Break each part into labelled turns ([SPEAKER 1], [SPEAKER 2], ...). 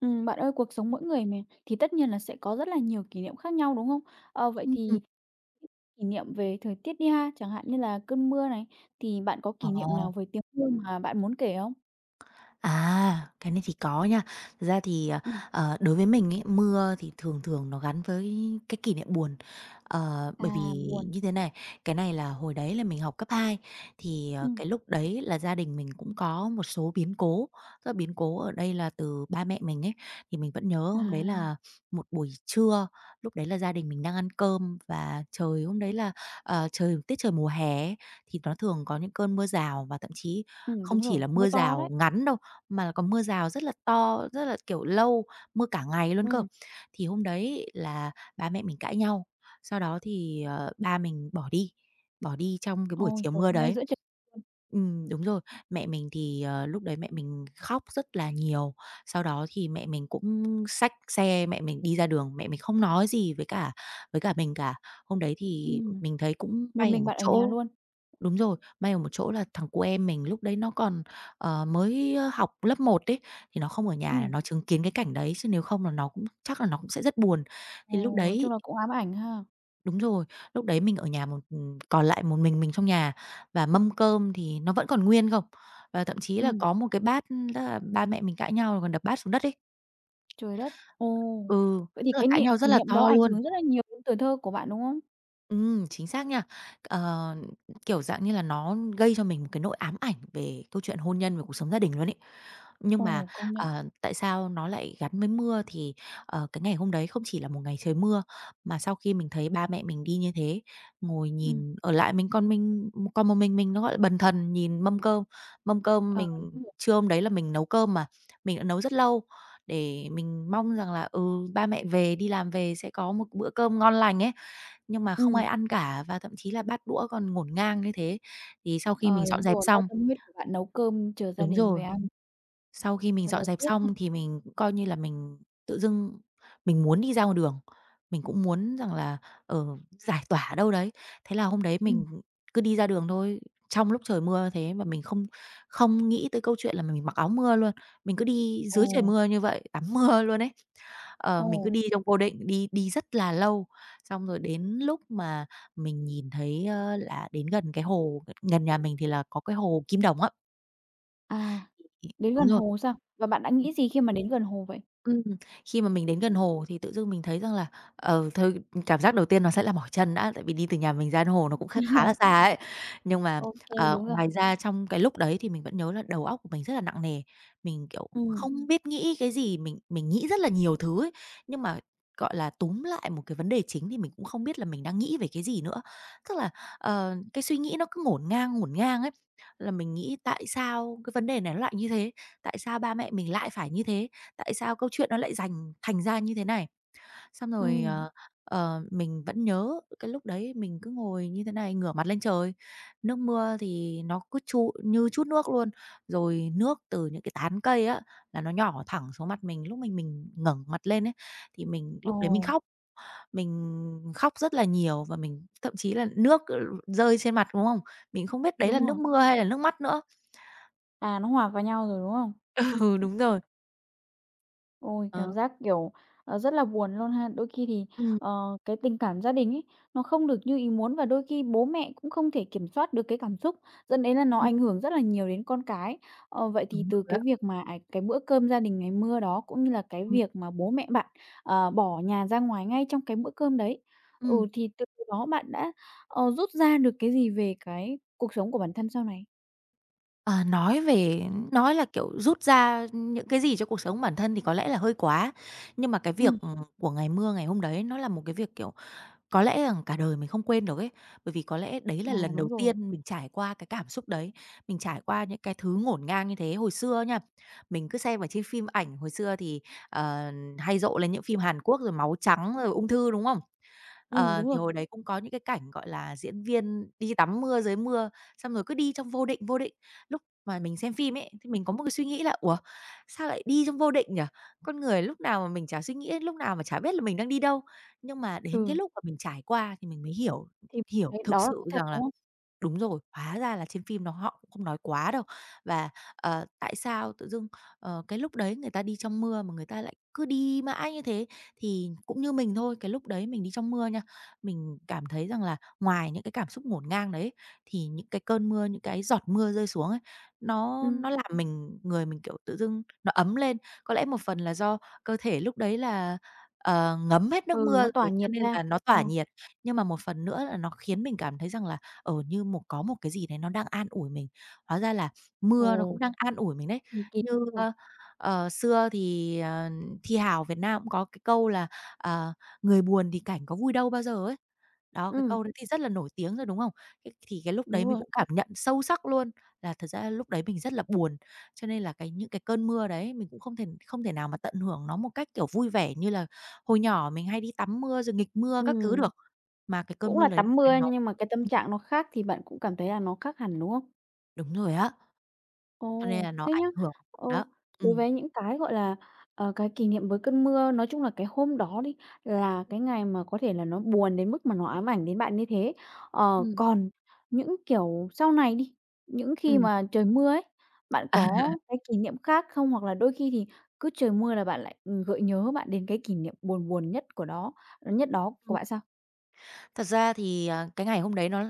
[SPEAKER 1] Bạn ơi, cuộc sống mỗi người mà, thì tất nhiên là sẽ có rất là nhiều kỷ niệm khác nhau, đúng không? Vậy
[SPEAKER 2] Ừm, ừm.
[SPEAKER 1] thì kỷ niệm về thời tiết đi ha, chẳng hạn như là cơn mưa này, thì bạn có
[SPEAKER 2] Ờ.
[SPEAKER 1] kỷ niệm nào với tiếng mưa mà bạn muốn kể không?
[SPEAKER 2] À, cái này thì có nha. Thật ra thì,
[SPEAKER 1] Ừm,
[SPEAKER 2] đối với mình ấy, mưa thì thường thường nó gắn với cái kỷ niệm buồn. Bởi vì
[SPEAKER 1] à, buồn.
[SPEAKER 2] như thế này, cái này là hồi đấy là mình học cấp 2, thì,
[SPEAKER 1] Ừm,
[SPEAKER 2] cái lúc đấy là gia đình mình cũng có một số biến cố. Các biến cố ở đây là từ ba mẹ mình ấy, thì mình vẫn nhớ hôm đấy
[SPEAKER 1] à,
[SPEAKER 2] là một buổi trưa, lúc đấy là gia đình mình đang ăn cơm và trời hôm đấy là, trời tiết trời mùa hè ấy, thì nó thường có những cơn mưa rào và thậm chí không
[SPEAKER 1] đúng
[SPEAKER 2] chỉ
[SPEAKER 1] rồi,
[SPEAKER 2] là
[SPEAKER 1] mưa
[SPEAKER 2] mưa
[SPEAKER 1] to
[SPEAKER 2] rào
[SPEAKER 1] đấy.
[SPEAKER 2] ngắn đâu, mà là có mưa rào rất là to, rất là, kiểu, lâu, mưa cả ngày luôn cơ.
[SPEAKER 1] Ừ.
[SPEAKER 2] Thì hôm đấy là ba mẹ mình cãi nhau, sau đó thì, ba mình bỏ đi trong cái buổi
[SPEAKER 1] Ôi
[SPEAKER 2] chiều
[SPEAKER 1] trời,
[SPEAKER 2] mưa
[SPEAKER 1] ngay
[SPEAKER 2] đấy.
[SPEAKER 1] giữa trời luôn.
[SPEAKER 2] Đúng rồi, mẹ mình thì, lúc đấy mẹ mình khóc rất là nhiều, sau đó thì mẹ mình cũng xách xe mẹ mình đi ra đường, mẹ mình không nói gì với cả mình cả. Hôm đấy thì
[SPEAKER 1] Ừm,
[SPEAKER 2] mình thấy cũng
[SPEAKER 1] Một
[SPEAKER 2] quay ở
[SPEAKER 1] mình
[SPEAKER 2] một
[SPEAKER 1] bạn ở nhà
[SPEAKER 2] chỗ.
[SPEAKER 1] luôn.
[SPEAKER 2] Đúng rồi, may ở một chỗ là thằng cu em mình lúc đấy nó còn, mới, học lớp một ấy, thì nó không ở
[SPEAKER 1] Ừ.
[SPEAKER 2] nhà để nó chứng kiến cái cảnh đấy, chứ nếu không là nó cũng chắc là nó cũng sẽ rất buồn.
[SPEAKER 1] Ồ,
[SPEAKER 2] Thì lúc
[SPEAKER 1] nói
[SPEAKER 2] đấy
[SPEAKER 1] chung là cũng ám ảnh ha.
[SPEAKER 2] đúng rồi, lúc đấy mình ở nhà một, ừ, còn lại một mình trong nhà và mâm cơm thì nó vẫn còn nguyên không, và thậm chí là
[SPEAKER 1] Ừm,
[SPEAKER 2] có một cái bát, tức là ba mẹ mình cãi nhau rồi còn đập bát xuống đất ấy.
[SPEAKER 1] trời đất, ồ.
[SPEAKER 2] Ừ,
[SPEAKER 1] Vậy thì
[SPEAKER 2] tức là
[SPEAKER 1] cái
[SPEAKER 2] cãi
[SPEAKER 1] niệm
[SPEAKER 2] nhau rất
[SPEAKER 1] kỷ
[SPEAKER 2] là
[SPEAKER 1] niệm đó
[SPEAKER 2] to
[SPEAKER 1] ảnh
[SPEAKER 2] luôn.
[SPEAKER 1] hưởng rất là nhiều đến tuổi thơ của bạn, đúng không?
[SPEAKER 2] Chính xác nha. Ờ, kiểu, dạng như là, nó gây cho mình một cái nỗi ám ảnh về câu chuyện hôn nhân và cuộc sống gia đình luôn ấy. Nhưng mà,
[SPEAKER 1] Ồ, công nhận.
[SPEAKER 2] tại sao nó lại gắn với mưa thì, cái ngày hôm đấy không chỉ là một ngày trời mưa, mà sau khi mình thấy ba mẹ mình đi như thế, ngồi
[SPEAKER 1] Ừm,
[SPEAKER 2] nhìn ở lại mình con một mình nó, gọi là, bần thần nhìn mâm cơm. Mâm cơm
[SPEAKER 1] ờ.
[SPEAKER 2] mình trưa hôm đấy là mình nấu cơm mà, mình đã nấu rất lâu để mình mong rằng là, ừ, ba mẹ về, đi làm về sẽ có một bữa cơm ngon lành ấy. Nhưng mà không ai
[SPEAKER 1] Ừm.
[SPEAKER 2] ăn cả và thậm chí là bát đũa còn ngổn ngang như thế. Thì sau khi mình
[SPEAKER 1] Ờ,
[SPEAKER 2] dọn
[SPEAKER 1] đúng
[SPEAKER 2] dẹp
[SPEAKER 1] rồi, lo
[SPEAKER 2] xong
[SPEAKER 1] tâm huyết của bạn nấu cơm chờ gia
[SPEAKER 2] đúng
[SPEAKER 1] đình
[SPEAKER 2] rồi.
[SPEAKER 1] về ăn,
[SPEAKER 2] Sau khi mình
[SPEAKER 1] thật là
[SPEAKER 2] dọn dẹp
[SPEAKER 1] tiếc ha.
[SPEAKER 2] xong thì mình cũng coi như là mình tự dưng mình muốn đi ra ngoài đường, mình cũng muốn rằng là, ờ, giải tỏa ở đâu đấy. Thế là hôm đấy
[SPEAKER 1] Ừm.
[SPEAKER 2] mình cứ đi ra đường thôi, trong lúc trời mưa thế mà mình không không nghĩ tới câu chuyện là mình mặc áo mưa luôn, mình cứ đi dưới trời
[SPEAKER 1] Ồ,
[SPEAKER 2] mưa như vậy, tắm mưa luôn ấy. Ờ,
[SPEAKER 1] ồ,
[SPEAKER 2] mình cứ đi trong vô định, đi đi rất là lâu, xong rồi đến lúc mà mình nhìn thấy, là đến gần cái hồ, gần nhà mình thì là có cái hồ Kim Đồng á.
[SPEAKER 1] à, đến
[SPEAKER 2] Đúng
[SPEAKER 1] gần
[SPEAKER 2] rồi.
[SPEAKER 1] hồ sao? Và bạn đã nghĩ gì khi mà đến gần hồ vậy?
[SPEAKER 2] Ừm, khi mà mình đến gần hồ thì tự dưng mình thấy rằng là, ờ, thôi cảm giác đầu tiên nó sẽ là mỏi chân đã, tại vì đi từ nhà mình ra đến hồ nó cũng khá
[SPEAKER 1] À.
[SPEAKER 2] là xa ấy. Nhưng mà,
[SPEAKER 1] Ô kê, đúng rồi.
[SPEAKER 2] ngoài ra trong cái lúc đấy thì mình vẫn nhớ là đầu óc của mình rất là nặng nề, mình, kiểu,
[SPEAKER 1] Ừm,
[SPEAKER 2] không biết nghĩ cái gì, mình nghĩ rất là nhiều thứ ấy. Nhưng mà, gọi là, túm lại một cái vấn đề chính thì mình cũng không biết là mình đang nghĩ về cái gì nữa. Tức là, cái suy nghĩ nó cứ ngổn ngang ấy, là mình nghĩ tại sao cái vấn đề này nó lại như thế? Tại sao ba mẹ mình lại phải như thế? Tại sao câu chuyện nó lại dành thành ra như thế này. Xong rồi,
[SPEAKER 1] ừm.
[SPEAKER 2] mình vẫn nhớ cái lúc đấy mình cứ ngồi như thế này, ngửa mặt lên trời, nước mưa thì nó cứ tru như chút nước luôn, rồi nước từ những cái tán cây á, là nó nhỏ thẳng xuống mặt mình. Lúc mình ngẩng mặt lên ấy, thì mình
[SPEAKER 1] Ồ,
[SPEAKER 2] lúc đấy mình khóc rất là nhiều và mình thậm chí là nước, rơi trên mặt, đúng không? Mình không biết đấy
[SPEAKER 1] đúng
[SPEAKER 2] là nước
[SPEAKER 1] rồi.
[SPEAKER 2] mưa hay là nước mắt nữa.
[SPEAKER 1] À, nó hòa vào nhau rồi, đúng không?
[SPEAKER 2] Ừ, đúng rồi.
[SPEAKER 1] Ôi,
[SPEAKER 2] Ờ,
[SPEAKER 1] cảm giác, kiểu, rất là buồn luôn ha. Đôi khi thì,
[SPEAKER 2] ừm,
[SPEAKER 1] cái tình cảm gia đình ấy, nó không được như ý muốn và đôi khi bố mẹ cũng không thể kiểm soát được cái cảm xúc, dẫn đến là nó ảnh hưởng rất là nhiều đến con cái. Vậy thì
[SPEAKER 2] đúng
[SPEAKER 1] từ
[SPEAKER 2] rồi
[SPEAKER 1] cái
[SPEAKER 2] á.
[SPEAKER 1] việc mà, cái bữa cơm gia đình ngày mưa đó, cũng như là cái
[SPEAKER 2] Ừm,
[SPEAKER 1] việc mà bố mẹ bạn, bỏ nhà ra ngoài ngay trong cái bữa cơm đấy,
[SPEAKER 2] ừm.
[SPEAKER 1] thì từ đó bạn đã, rút ra được cái gì về cái cuộc sống của bản thân sau này?
[SPEAKER 2] À, nói là, kiểu, rút ra những cái gì cho cuộc sống bản thân thì có lẽ là hơi quá, nhưng mà cái việc
[SPEAKER 1] Ừ,
[SPEAKER 2] của ngày mưa ngày hôm đấy nó là một cái việc, kiểu, có lẽ rằng cả đời mình không quên được ấy. Bởi vì có lẽ đấy là
[SPEAKER 1] à,
[SPEAKER 2] lần đầu
[SPEAKER 1] đúng rồi.
[SPEAKER 2] tiên mình trải qua cái cảm xúc đấy, mình trải qua những cái thứ ngổn ngang như thế. Hồi xưa nha, mình cứ xem ở trên phim ảnh, hồi xưa thì, ờ, hay rộ lên những phim Hàn Quốc rồi máu trắng rồi ung thư, đúng không?
[SPEAKER 1] Ừ,
[SPEAKER 2] Ờ,
[SPEAKER 1] đúng
[SPEAKER 2] thì
[SPEAKER 1] rồi.
[SPEAKER 2] hồi đấy cũng có những cái cảnh, gọi là, diễn viên đi tắm mưa dưới mưa, xong rồi cứ đi trong vô định, vô định. Lúc mà mình xem phim ấy, thì mình có một cái suy nghĩ là "Ủa, sao lại đi trong vô định nhỉ?" Con người lúc nào mà mình chả suy nghĩ, lúc nào mà chả biết là mình đang đi đâu. Nhưng mà đến cái
[SPEAKER 1] Ừ,
[SPEAKER 2] lúc mà mình trải qua thì mình mới hiểu
[SPEAKER 1] thì
[SPEAKER 2] hiểu
[SPEAKER 1] đấy,
[SPEAKER 2] thực
[SPEAKER 1] đó là
[SPEAKER 2] sự
[SPEAKER 1] có thật,
[SPEAKER 2] rằng là
[SPEAKER 1] đúng không?
[SPEAKER 2] đúng rồi, hóa ra là trên phim nó họ cũng không nói quá đâu. Và, tại sao tự dưng, cái lúc đấy người ta đi trong mưa mà người ta lại cứ đi mãi như thế? Thì cũng như mình thôi, cái lúc đấy mình đi trong mưa nha, mình cảm thấy rằng là ngoài những cái cảm xúc ngổn ngang đấy, thì những cái cơn mưa, những cái giọt mưa rơi xuống ấy, nó
[SPEAKER 1] Ừm.
[SPEAKER 2] nó làm người mình, kiểu, tự dưng nó ấm lên. Có lẽ một phần là do cơ thể lúc đấy là, ngấm hết nước mưa
[SPEAKER 1] Ừ, nó tỏa
[SPEAKER 2] rồi cho
[SPEAKER 1] nhiệt
[SPEAKER 2] nên
[SPEAKER 1] ra.
[SPEAKER 2] là nó
[SPEAKER 1] Ờ.
[SPEAKER 2] tỏa nhiệt, nhưng mà một phần nữa là nó khiến mình cảm thấy rằng là, ờ, như một có một cái gì đấy nó đang an ủi mình, hóa ra là mưa nó cũng
[SPEAKER 1] Ồ.
[SPEAKER 2] đang an ủi mình đấy.
[SPEAKER 1] Thần kỳ
[SPEAKER 2] Như,
[SPEAKER 1] vậy nhỉ?
[SPEAKER 2] xưa thì, thi hào Việt Nam cũng có cái câu là, ờ, "Người buồn thì cảnh có vui đâu bao giờ" ấy. Đó, cái câu
[SPEAKER 1] Ừm.
[SPEAKER 2] đấy thì rất là nổi tiếng rồi, đúng không? Thế thì cái lúc đấy
[SPEAKER 1] Đúng
[SPEAKER 2] mình
[SPEAKER 1] rồi.
[SPEAKER 2] cũng cảm nhận sâu sắc luôn là thật ra lúc đấy mình rất là buồn, cho nên là cái những cái cơn mưa đấy mình cũng không thể nào mà tận hưởng nó một cách, kiểu, vui vẻ như là hồi nhỏ mình hay đi tắm mưa rồi nghịch mưa các thứ
[SPEAKER 1] Ừm,
[SPEAKER 2] được, mà cái cơn
[SPEAKER 1] Cũng
[SPEAKER 2] mưa
[SPEAKER 1] là
[SPEAKER 2] đấy
[SPEAKER 1] tắm mưa
[SPEAKER 2] nó
[SPEAKER 1] nhưng mà cái tâm
[SPEAKER 2] ừ,
[SPEAKER 1] trạng nó khác thì bạn cũng cảm thấy là nó khác hẳn, đúng không?
[SPEAKER 2] đúng rồi á. Cho nên
[SPEAKER 1] Ồ,
[SPEAKER 2] là nó
[SPEAKER 1] thế
[SPEAKER 2] ảnh
[SPEAKER 1] nhá.
[SPEAKER 2] hưởng
[SPEAKER 1] Ờ,
[SPEAKER 2] đó.
[SPEAKER 1] Đối
[SPEAKER 2] Ừm.
[SPEAKER 1] với những cái, gọi là, cái kỷ niệm với cơn mưa, nói chung là cái hôm đó đi, là cái ngày mà có thể là nó buồn đến mức mà nó ám ảnh đến bạn như thế.
[SPEAKER 2] Ừm.
[SPEAKER 1] Còn những, kiểu, sau này đi, những khi
[SPEAKER 2] Ừm.
[SPEAKER 1] mà trời mưa ấy, bạn
[SPEAKER 2] À,
[SPEAKER 1] có cái kỷ niệm khác không? Hoặc là đôi khi thì cứ trời mưa là bạn lại, gợi nhớ bạn đến cái kỷ niệm buồn buồn nhất đó của
[SPEAKER 2] Ừm.
[SPEAKER 1] bạn sao?
[SPEAKER 2] Thật ra thì, cái ngày hôm đấy nó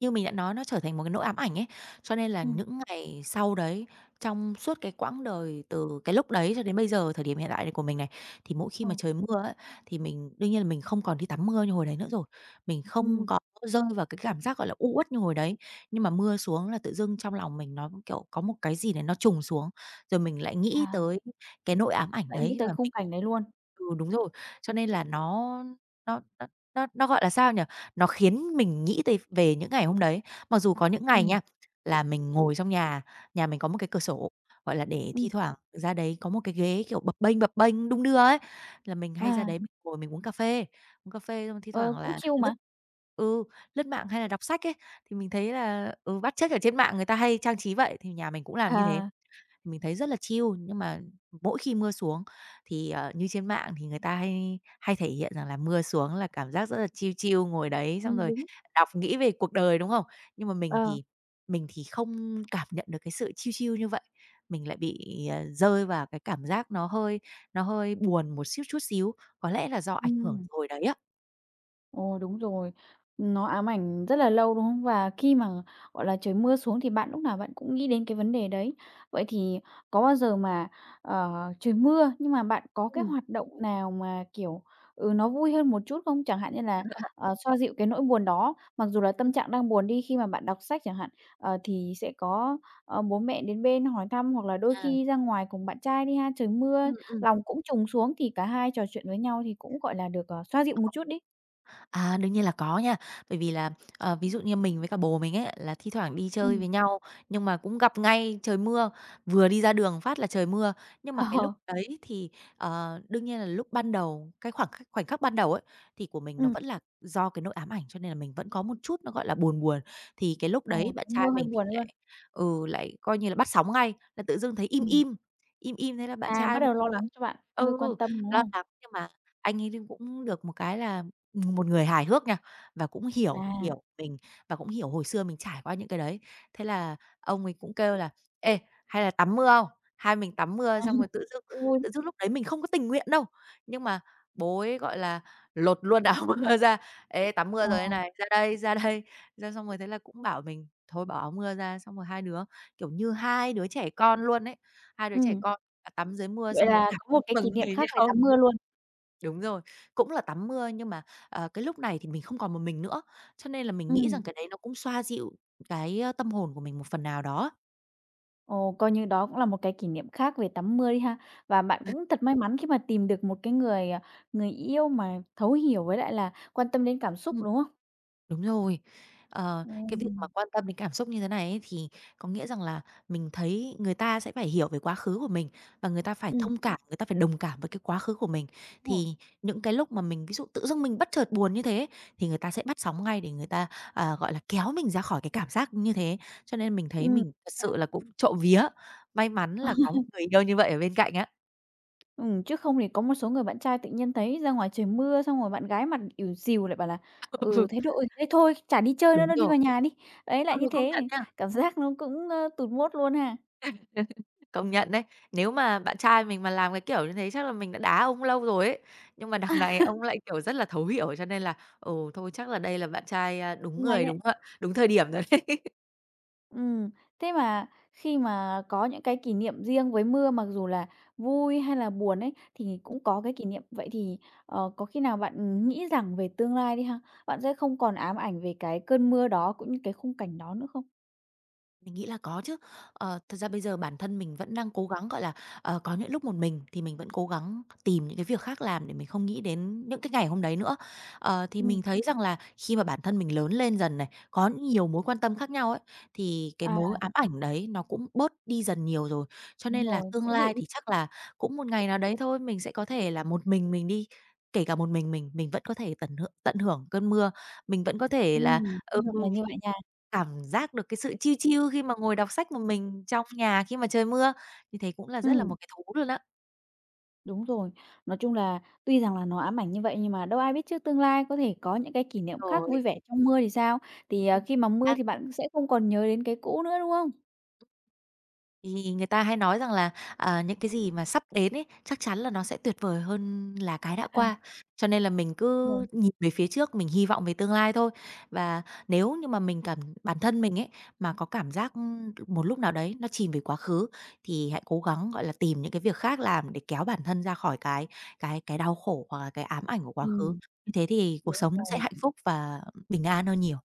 [SPEAKER 2] như mình đã nói nó trở thành một cái nỗi ám ảnh ấy, cho nên là
[SPEAKER 1] Ừ.
[SPEAKER 2] những ngày sau đấy, trong suốt cái quãng đời từ cái lúc đấy cho đến bây giờ, thời điểm hiện tại này của mình này, thì mỗi khi
[SPEAKER 1] Ừ.
[SPEAKER 2] mà trời mưa ấy, thì mình đương nhiên là mình không còn đi tắm mưa như hồi đấy nữa rồi. Mình không
[SPEAKER 1] Ừm.
[SPEAKER 2] có rơi vào cái cảm giác, gọi là, u uất như hồi đấy, nhưng mà mưa xuống là tự dưng trong lòng mình nó, kiểu, có một cái gì đấy nó trùng xuống, rồi mình lại nghĩ
[SPEAKER 1] À,
[SPEAKER 2] tới cái nỗi ám ảnh
[SPEAKER 1] lại nghĩ
[SPEAKER 2] đấy
[SPEAKER 1] tới
[SPEAKER 2] và
[SPEAKER 1] khung cảnh đấy luôn.
[SPEAKER 2] ừ, đúng rồi. Cho nên là nó nó nó, gọi là, sao nhỉ? Nó khiến mình nghĩ tới về những ngày hôm đấy. Mặc dù có những
[SPEAKER 1] Ừ.
[SPEAKER 2] ngày nha, là mình ngồi trong nhà, nhà mình có một cái cửa sổ, gọi là, để thi
[SPEAKER 1] Ừm.
[SPEAKER 2] thoảng ra đấy có một cái ghế, kiểu, bập bênh, đung đưa ấy, là mình hay ra
[SPEAKER 1] À,
[SPEAKER 2] đấy mình ngồi mình uống cà phê xong thi
[SPEAKER 1] ờ,
[SPEAKER 2] thoảng
[SPEAKER 1] cũng
[SPEAKER 2] là
[SPEAKER 1] chill mà.
[SPEAKER 2] ừ, lướt mạng hay là đọc sách ấy, thì mình thấy là, ừ, bắt chước ở trên mạng người ta hay trang trí vậy, thì nhà mình cũng làm như thế.
[SPEAKER 1] À.
[SPEAKER 2] Mình thấy rất là chill, nhưng mà mỗi khi mưa xuống thì, như trên mạng thì người ta hay hay thể hiện rằng là mưa xuống là cảm giác rất là chill chill, ngồi đấy
[SPEAKER 1] Ờ,
[SPEAKER 2] xong rồi
[SPEAKER 1] đúng.
[SPEAKER 2] đọc nghĩ về cuộc đời, đúng không? Nhưng mà mình
[SPEAKER 1] Ờ,
[SPEAKER 2] thì mình thì không cảm nhận được cái sự chill chill như vậy, mình lại bị, ờ, rơi vào cái cảm giác nó hơi buồn một xíu chút xíu, có lẽ là do ảnh hưởng
[SPEAKER 1] ừm.
[SPEAKER 2] từ hồi đấy á.
[SPEAKER 1] Ồ, đúng rồi. Nó ám ảnh rất là lâu, đúng không? Và khi mà, gọi là, trời mưa xuống thì bạn lúc nào bạn cũng nghĩ đến cái vấn đề đấy. Vậy thì có bao giờ mà, trời mưa nhưng mà bạn có cái
[SPEAKER 2] Ừm,
[SPEAKER 1] hoạt động nào mà, kiểu, nó vui hơn một chút không? Chẳng hạn như là, xoa dịu cái nỗi buồn đó, mặc dù là
[SPEAKER 2] ừm.
[SPEAKER 1] tâm trạng đang buồn đi, khi mà bạn đọc sách chẳng hạn, thì sẽ có, bố mẹ đến bên hỏi thăm hoặc là đôi
[SPEAKER 2] À.
[SPEAKER 1] khi ra ngoài cùng bạn trai đi ha, trời mưa
[SPEAKER 2] Ừm.
[SPEAKER 1] lòng cũng trùng xuống thì cả hai trò chuyện với nhau thì cũng, gọi là, được, xoa dịu một chút đi.
[SPEAKER 2] À, đương nhiên là có nha. Bởi vì là, ờ, ví dụ như mình với cả bố mình ấy, là thi thoảng đi chơi
[SPEAKER 1] Ừm.
[SPEAKER 2] với nhau, nhưng mà cũng gặp ngay trời mưa, vừa đi ra đường phát là trời mưa. Nhưng mà cái lúc
[SPEAKER 1] Ờ.
[SPEAKER 2] đấy thì, đương nhiên là lúc ban đầu, cái khoảng khắc khoảnh khắc ban đầu ấy, thì của mình nó
[SPEAKER 1] Ừm.
[SPEAKER 2] vẫn là do cái nỗi ám ảnh, cho nên là mình vẫn có một chút nó, gọi là, buồn buồn. Thì cái lúc đấy
[SPEAKER 1] Ồ,
[SPEAKER 2] bạn
[SPEAKER 1] thấy
[SPEAKER 2] trai
[SPEAKER 1] mưa hơi
[SPEAKER 2] mình thì
[SPEAKER 1] buồn luôn.
[SPEAKER 2] lại ừ, lại coi như là bắt sóng ngay, là tự dưng thấy im
[SPEAKER 1] Ừm.
[SPEAKER 2] im, im im thế là bạn
[SPEAKER 1] À,
[SPEAKER 2] trai
[SPEAKER 1] bắt đầu lo lắng cho bạn, hơi
[SPEAKER 2] ừ,
[SPEAKER 1] quan tâm, đúng
[SPEAKER 2] lo
[SPEAKER 1] không?
[SPEAKER 2] lắng nhưng mà anh ấy cũng được một cái là một người hài hước nha, và cũng hiểu
[SPEAKER 1] À,
[SPEAKER 2] hiểu mình và cũng hiểu hồi xưa mình trải qua những cái đấy. Thế là ông ấy cũng kêu là: "Ê, hay là tắm mưa không? Hai mình tắm mưa." Xong rồi tự dưng
[SPEAKER 1] cũng vui.
[SPEAKER 2] tự dưng lúc đấy mình không có tình nguyện đâu, nhưng mà bố ấy, gọi là, lột luôn áo mưa ra: "Ê, tắm mưa rồi
[SPEAKER 1] Ờ.
[SPEAKER 2] đây này, ra đây, ra đây." Ra xong rồi thế là cũng bảo mình thôi bỏ áo mưa ra, xong rồi hai đứa, kiểu như, hai đứa trẻ con luôn ấy, hai đứa trẻ
[SPEAKER 1] Ừm.
[SPEAKER 2] con, à, tắm dưới mưa
[SPEAKER 1] Vậy
[SPEAKER 2] xong rồi đạp
[SPEAKER 1] là có một cái
[SPEAKER 2] vào
[SPEAKER 1] kỷ niệm
[SPEAKER 2] người
[SPEAKER 1] khác về
[SPEAKER 2] nhau.
[SPEAKER 1] tắm mưa luôn.
[SPEAKER 2] Đúng rồi, cũng là tắm mưa nhưng mà, cái lúc này thì mình không còn một mình nữa, cho nên là mình nghĩ
[SPEAKER 1] Ừm.
[SPEAKER 2] rằng cái đấy nó cũng xoa dịu cái, ơ, tâm hồn của mình một phần nào đó.
[SPEAKER 1] Ồ, coi như đó cũng là một cái kỷ niệm khác về tắm mưa đi ha. Và bạn cũng thật may mắn khi mà tìm được một cái người, à, người yêu mà thấu hiểu với lại là quan tâm đến cảm xúc,
[SPEAKER 2] Ừm.
[SPEAKER 1] đúng không?
[SPEAKER 2] Đúng rồi. Ờ, cái việc mà
[SPEAKER 1] Ừm.
[SPEAKER 2] quan tâm đến cảm xúc như thế này ấy, thì có nghĩa rằng là mình thấy người ta sẽ phải hiểu về quá khứ của mình và người ta phải
[SPEAKER 1] Ừm.
[SPEAKER 2] thông cảm, người ta phải đồng cảm với cái quá khứ của mình.
[SPEAKER 1] Đúng rồi.
[SPEAKER 2] Thì những cái lúc mà mình ví dụ tự dưng mình bất chợt buồn như thế thì người ta sẽ bắt sóng ngay để người ta, à, gọi là, kéo mình ra khỏi cái cảm giác như thế. Cho nên mình thấy
[SPEAKER 1] Ừm.
[SPEAKER 2] mình thật
[SPEAKER 1] Xác.
[SPEAKER 2] sự là cũng trộm vía, may mắn là có một người yêu như vậy ở bên cạnh á.
[SPEAKER 1] Chứ không thì có một số người bạn trai tự nhiên thấy ra ngoài trời mưa, xong rồi bạn gái mặt ỉu xìu lại bảo là
[SPEAKER 2] Ừ,
[SPEAKER 1] "Ừ, thế đội thế thôi, chả đi chơi nữa
[SPEAKER 2] đúng
[SPEAKER 1] đâu, đi
[SPEAKER 2] rồi.
[SPEAKER 1] vào nhà đi." Đấy, lại
[SPEAKER 2] Ừ,
[SPEAKER 1] như
[SPEAKER 2] công nhận
[SPEAKER 1] thế
[SPEAKER 2] nha.
[SPEAKER 1] cảm giác nó cũng, tụt mốt luôn ha.
[SPEAKER 2] Công nhận đấy. Nếu mà bạn trai mình mà làm cái kiểu như thế chắc là mình đã đá ông lâu rồi ấy. Nhưng mà đằng này ông lại, kiểu, rất là thấu hiểu, cho nên là, ừ, thôi chắc là đây là bạn trai, a, đúng
[SPEAKER 1] Cũng ấy
[SPEAKER 2] người,
[SPEAKER 1] đấy.
[SPEAKER 2] đúng, a, đúng thời điểm rồi đấy.
[SPEAKER 1] Ừm, Thế mà khi mà có những cái kỷ niệm riêng với mưa, mặc dù là vui hay là buồn ấy, thì cũng có cái kỷ niệm. Vậy thì, có khi nào bạn nghĩ rằng về tương lai đi ha, bạn sẽ không còn ám ảnh về cái cơn mưa đó, cũng như cái khung cảnh đó nữa không?
[SPEAKER 2] Mình nghĩ là có chứ. Ờ, thật ra bây giờ bản thân mình vẫn đang cố gắng, gọi là, ờ, có những lúc một mình thì mình vẫn cố gắng tìm những cái việc khác làm để mình không nghĩ đến những cái ngày hôm đấy nữa. Ờ, thì mình
[SPEAKER 1] Ừm.
[SPEAKER 2] thấy rằng là khi mà bản thân mình lớn lên dần này, có nhiều mối quan tâm khác nhau ấy, thì cái
[SPEAKER 1] À,
[SPEAKER 2] mối ám ảnh đấy nó cũng bớt đi dần nhiều rồi. Cho
[SPEAKER 1] đúng
[SPEAKER 2] nên là
[SPEAKER 1] rồi,
[SPEAKER 2] tương
[SPEAKER 1] cũng dịu.
[SPEAKER 2] lai thì chắc là cũng một ngày nào đấy thôi, mình sẽ có thể là một mình đi, kể cả một mình vẫn có thể tận hưởng cơn mưa, mình vẫn có thể là, ừ,
[SPEAKER 1] Hy vọng là như vậy nha.
[SPEAKER 2] cảm giác được cái sự chill chill khi mà ngồi đọc sách một mình trong nhà khi mà trời mưa, thì thấy cũng là rất là một
[SPEAKER 1] Ừm.
[SPEAKER 2] cái thú luôn á.
[SPEAKER 1] Đúng rồi. Nói chung là tuy rằng là nó ám ảnh như vậy nhưng mà đâu ai biết trước tương lai, có thể có những cái kỷ niệm khác
[SPEAKER 2] Rồi,
[SPEAKER 1] vui vẻ trong mưa thì sao? Thì,
[SPEAKER 2] ừm,
[SPEAKER 1] khi mà mưa thì bạn sẽ không còn nhớ đến cái cũ nữa, đúng không?
[SPEAKER 2] thì người ta hay nói rằng là, à, những cái gì mà sắp đến ấy, chắc chắn là nó sẽ tuyệt vời hơn là cái đã
[SPEAKER 1] À,
[SPEAKER 2] qua. Cho nên là mình
[SPEAKER 1] đúng rồi.
[SPEAKER 2] cứ nhìn về phía trước, mình hy vọng về tương lai thôi. Và nếu như mà mình cảm bản thân mình ấy, mà có cảm giác, một lúc nào đấy nó chìm về quá khứ, thì hãy cố gắng, gọi là, tìm những cái việc khác làm để kéo bản thân ra khỏi cái đau khổ hoặc là cái ám ảnh của quá khứ.
[SPEAKER 1] Ừm,
[SPEAKER 2] Như thế thì cuộc
[SPEAKER 1] đúng
[SPEAKER 2] sống nó sẽ
[SPEAKER 1] rồi.
[SPEAKER 2] hạnh phúc và bình an hơn nhiều.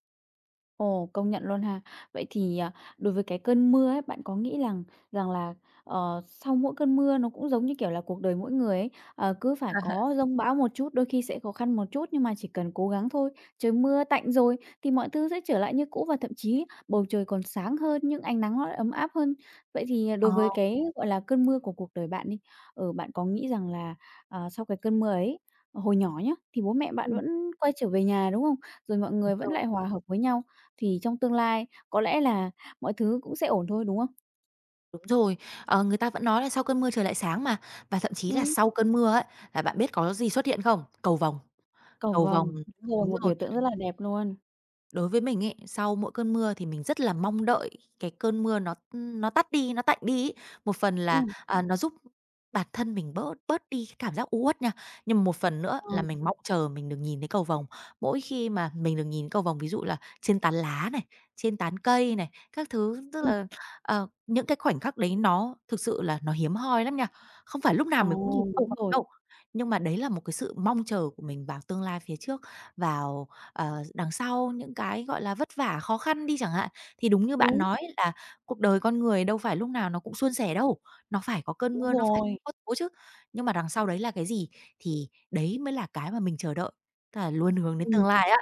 [SPEAKER 1] Ồ, công nhận luôn ha. Vậy thì, đối với cái cơn mưa ấy, bạn có nghĩ rằng rằng là, sau mỗi cơn mưa nó cũng giống như, kiểu là, cuộc đời mỗi người ấy, cứ phải có dông bão một chút, đôi khi sẽ khó khăn một chút, nhưng mà chỉ cần cố gắng thôi, trời mưa tạnh rồi thì mọi thứ sẽ trở lại như cũ và thậm chí bầu trời còn sáng hơn, những ánh nắng nó lại ấm áp hơn. Vậy thì,
[SPEAKER 2] Ờ,
[SPEAKER 1] đối
[SPEAKER 2] ờ,
[SPEAKER 1] với cái, gọi là, cơn mưa của cuộc đời bạn đi, bạn có nghĩ rằng là, sau cái cơn mưa ấy, hồi nhỏ nhá, thì bố mẹ bạn vẫn quay trở về nhà, đúng không? Rồi mọi
[SPEAKER 2] đúng
[SPEAKER 1] người vẫn
[SPEAKER 2] rồi.
[SPEAKER 1] lại hòa hợp với nhau. Thì trong tương lai có lẽ là mọi thứ cũng sẽ ổn thôi, đúng không?
[SPEAKER 2] Đúng rồi, ờ, người ta vẫn nói là sau cơn mưa trời lại sáng mà, và thậm chí là
[SPEAKER 1] Ừm.
[SPEAKER 2] sau cơn mưa ấy, là bạn biết có gì xuất hiện không?
[SPEAKER 1] Cầu
[SPEAKER 2] Cầu vồng
[SPEAKER 1] vồng, đúng rồi,
[SPEAKER 2] đúng
[SPEAKER 1] một
[SPEAKER 2] rồi.
[SPEAKER 1] biểu tượng rất là đẹp luôn.
[SPEAKER 2] Đối với mình ấy, sau mỗi cơn mưa thì mình rất là mong đợi cái cơn mưa nó tắt đi, nó tạnh đi ấy. Một phần là,
[SPEAKER 1] Ừm.
[SPEAKER 2] à, nó giúp bản thân mình bớt bớt đi cái cảm giác u uất nha, nhưng mà một phần nữa
[SPEAKER 1] Ờ.
[SPEAKER 2] là mình mong chờ mình được nhìn thấy cầu vồng. Mỗi khi mà mình được nhìn cầu vồng, ví dụ là trên tán lá này, trên tán cây này, các thứ, tức
[SPEAKER 1] Ừm.
[SPEAKER 2] là, ờ, những cái khoảnh khắc đấy nó thực sự là nó hiếm hoi lắm nha. Không phải lúc nào mình cũng nhìn
[SPEAKER 1] Ồ,
[SPEAKER 2] cầu
[SPEAKER 1] đúng
[SPEAKER 2] vồng
[SPEAKER 1] rồi,
[SPEAKER 2] đâu, nhưng mà đấy là một cái sự mong chờ của mình vào tương lai phía trước, vào ờ, đằng sau những cái, gọi là, vất vả, khó khăn đi chẳng hạn. Thì đúng như bạn
[SPEAKER 1] đúng,
[SPEAKER 2] nói là cuộc đời con người đâu phải lúc nào nó cũng suôn sẻ đâu, nó phải có cơn
[SPEAKER 1] đúng
[SPEAKER 2] mưa, nó phải
[SPEAKER 1] rồi.
[SPEAKER 2] có tố chứ. Nhưng mà đằng sau đấy là cái gì? Thì đấy mới là cái mà mình chờ đợi, tức là luôn hướng đến
[SPEAKER 1] Ừm.
[SPEAKER 2] tương lai á.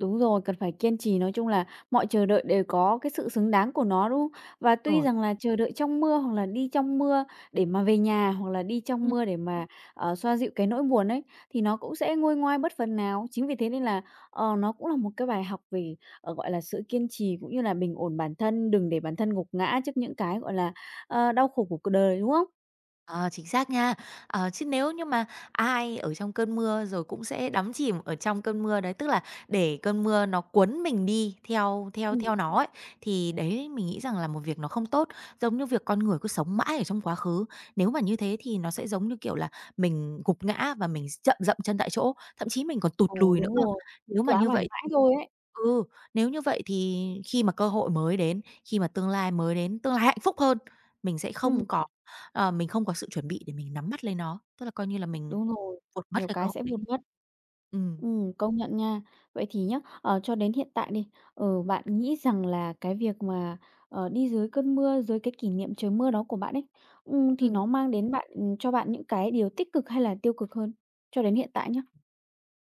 [SPEAKER 1] Đúng rồi, cần phải kiên trì, nói chung là mọi chờ đợi đều có cái sự xứng đáng của nó, đúng không? Và
[SPEAKER 2] Đúng
[SPEAKER 1] tuy
[SPEAKER 2] rồi.
[SPEAKER 1] rằng là chờ đợi trong mưa hoặc là đi trong mưa để mà về nhà, hoặc là đi trong mưa để mà, xoa dịu cái nỗi buồn ấy, thì nó cũng sẽ nguôi ngoai bớt phần nào. Chính vì thế nên là, nó cũng là một cái bài học về, gọi là, sự kiên trì cũng như là bình ổn bản thân, đừng để bản thân gục ngã trước những cái, gọi là, đau khổ của cuộc đời, đúng không?
[SPEAKER 2] Ờ, chính xác nha. Ờ, chứ nếu như mà ai ở trong cơn mưa rồi cũng sẽ đắm chìm ở trong cơn mưa đấy, tức là để cơn mưa nó cuốn mình đi theo theo
[SPEAKER 1] Ừm,
[SPEAKER 2] theo nó ấy, thì đấy mình nghĩ rằng là một việc nó không tốt. Giống như việc con người cứ sống mãi ở trong quá khứ, nếu mà như thế thì nó sẽ giống như, kiểu là, mình gục ngã và mình dậm chân tại chỗ, thậm chí mình còn tụt
[SPEAKER 1] ồ,
[SPEAKER 2] lùi nữa
[SPEAKER 1] đúng
[SPEAKER 2] cơ.
[SPEAKER 1] rồi,
[SPEAKER 2] Nếu
[SPEAKER 1] cứ
[SPEAKER 2] mà như
[SPEAKER 1] ám ảnh
[SPEAKER 2] vậy
[SPEAKER 1] mãi thôi ấy.
[SPEAKER 2] ừ, nếu như vậy thì khi mà cơ hội mới đến, khi mà tương lai mới đến, tương lai hạnh phúc hơn, mình sẽ không
[SPEAKER 1] Ừm,
[SPEAKER 2] có ờ, mình không có sự chuẩn bị để mình nắm bắt lấy nó, tức là coi như là mình
[SPEAKER 1] đúng rồi,
[SPEAKER 2] tuột mất
[SPEAKER 1] nhiều
[SPEAKER 2] cái cơ
[SPEAKER 1] cái
[SPEAKER 2] hội
[SPEAKER 1] sẽ vụt
[SPEAKER 2] đấy.
[SPEAKER 1] mất.
[SPEAKER 2] Ừm.
[SPEAKER 1] Công nhận nha. Vậy thì nhá, cho đến hiện tại đi, bạn nghĩ rằng là cái việc mà, đi dưới cơn mưa, dưới cái kỷ niệm trời mưa đó của bạn ấy, thì
[SPEAKER 2] Ừm.
[SPEAKER 1] nó mang đến cho bạn những cái điều tích cực hay là tiêu cực hơn cho đến hiện tại nhá?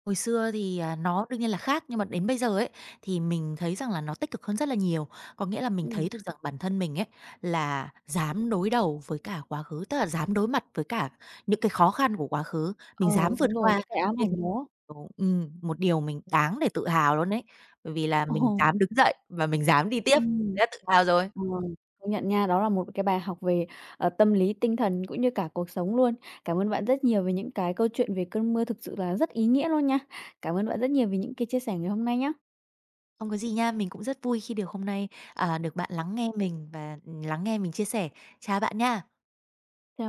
[SPEAKER 2] Hồi xưa thì, à, nó đương nhiên là khác, nhưng mà đến bây giờ ấy, thì mình thấy rằng là nó tích cực hơn rất là nhiều. Có nghĩa là mình
[SPEAKER 1] Ừm.
[SPEAKER 2] thấy được rằng bản thân mình ấy, là dám đối đầu với cả quá khứ, tức là dám đối mặt với cả những cái khó khăn của quá khứ, mình
[SPEAKER 1] Ờ,
[SPEAKER 2] dám vượt
[SPEAKER 1] đúng rồi,
[SPEAKER 2] qua.
[SPEAKER 1] những cái ám
[SPEAKER 2] Như thế
[SPEAKER 1] ảnh đó.
[SPEAKER 2] ồ, một điều mình đáng để tự hào luôn ấy, bởi vì là
[SPEAKER 1] Ờ,
[SPEAKER 2] mình dám đứng dậy và mình dám đi tiếp,
[SPEAKER 1] ừm,
[SPEAKER 2] đã tự hào rồi.
[SPEAKER 1] ờ, Công nhận nha, đó là một cái bài học về, tâm lý, tinh thần cũng như cả cuộc sống luôn. Cảm ơn bạn rất nhiều về những cái câu chuyện về cơn mưa thực sự là rất ý nghĩa luôn nha. Cảm ơn bạn rất nhiều vì những cái chia sẻ ngày hôm nay nhá.
[SPEAKER 2] Không có gì nha, mình cũng rất vui khi được hôm nay, à, được bạn lắng nghe mình và, ừ, lắng nghe mình chia sẻ. Chào bạn nha.
[SPEAKER 1] Chào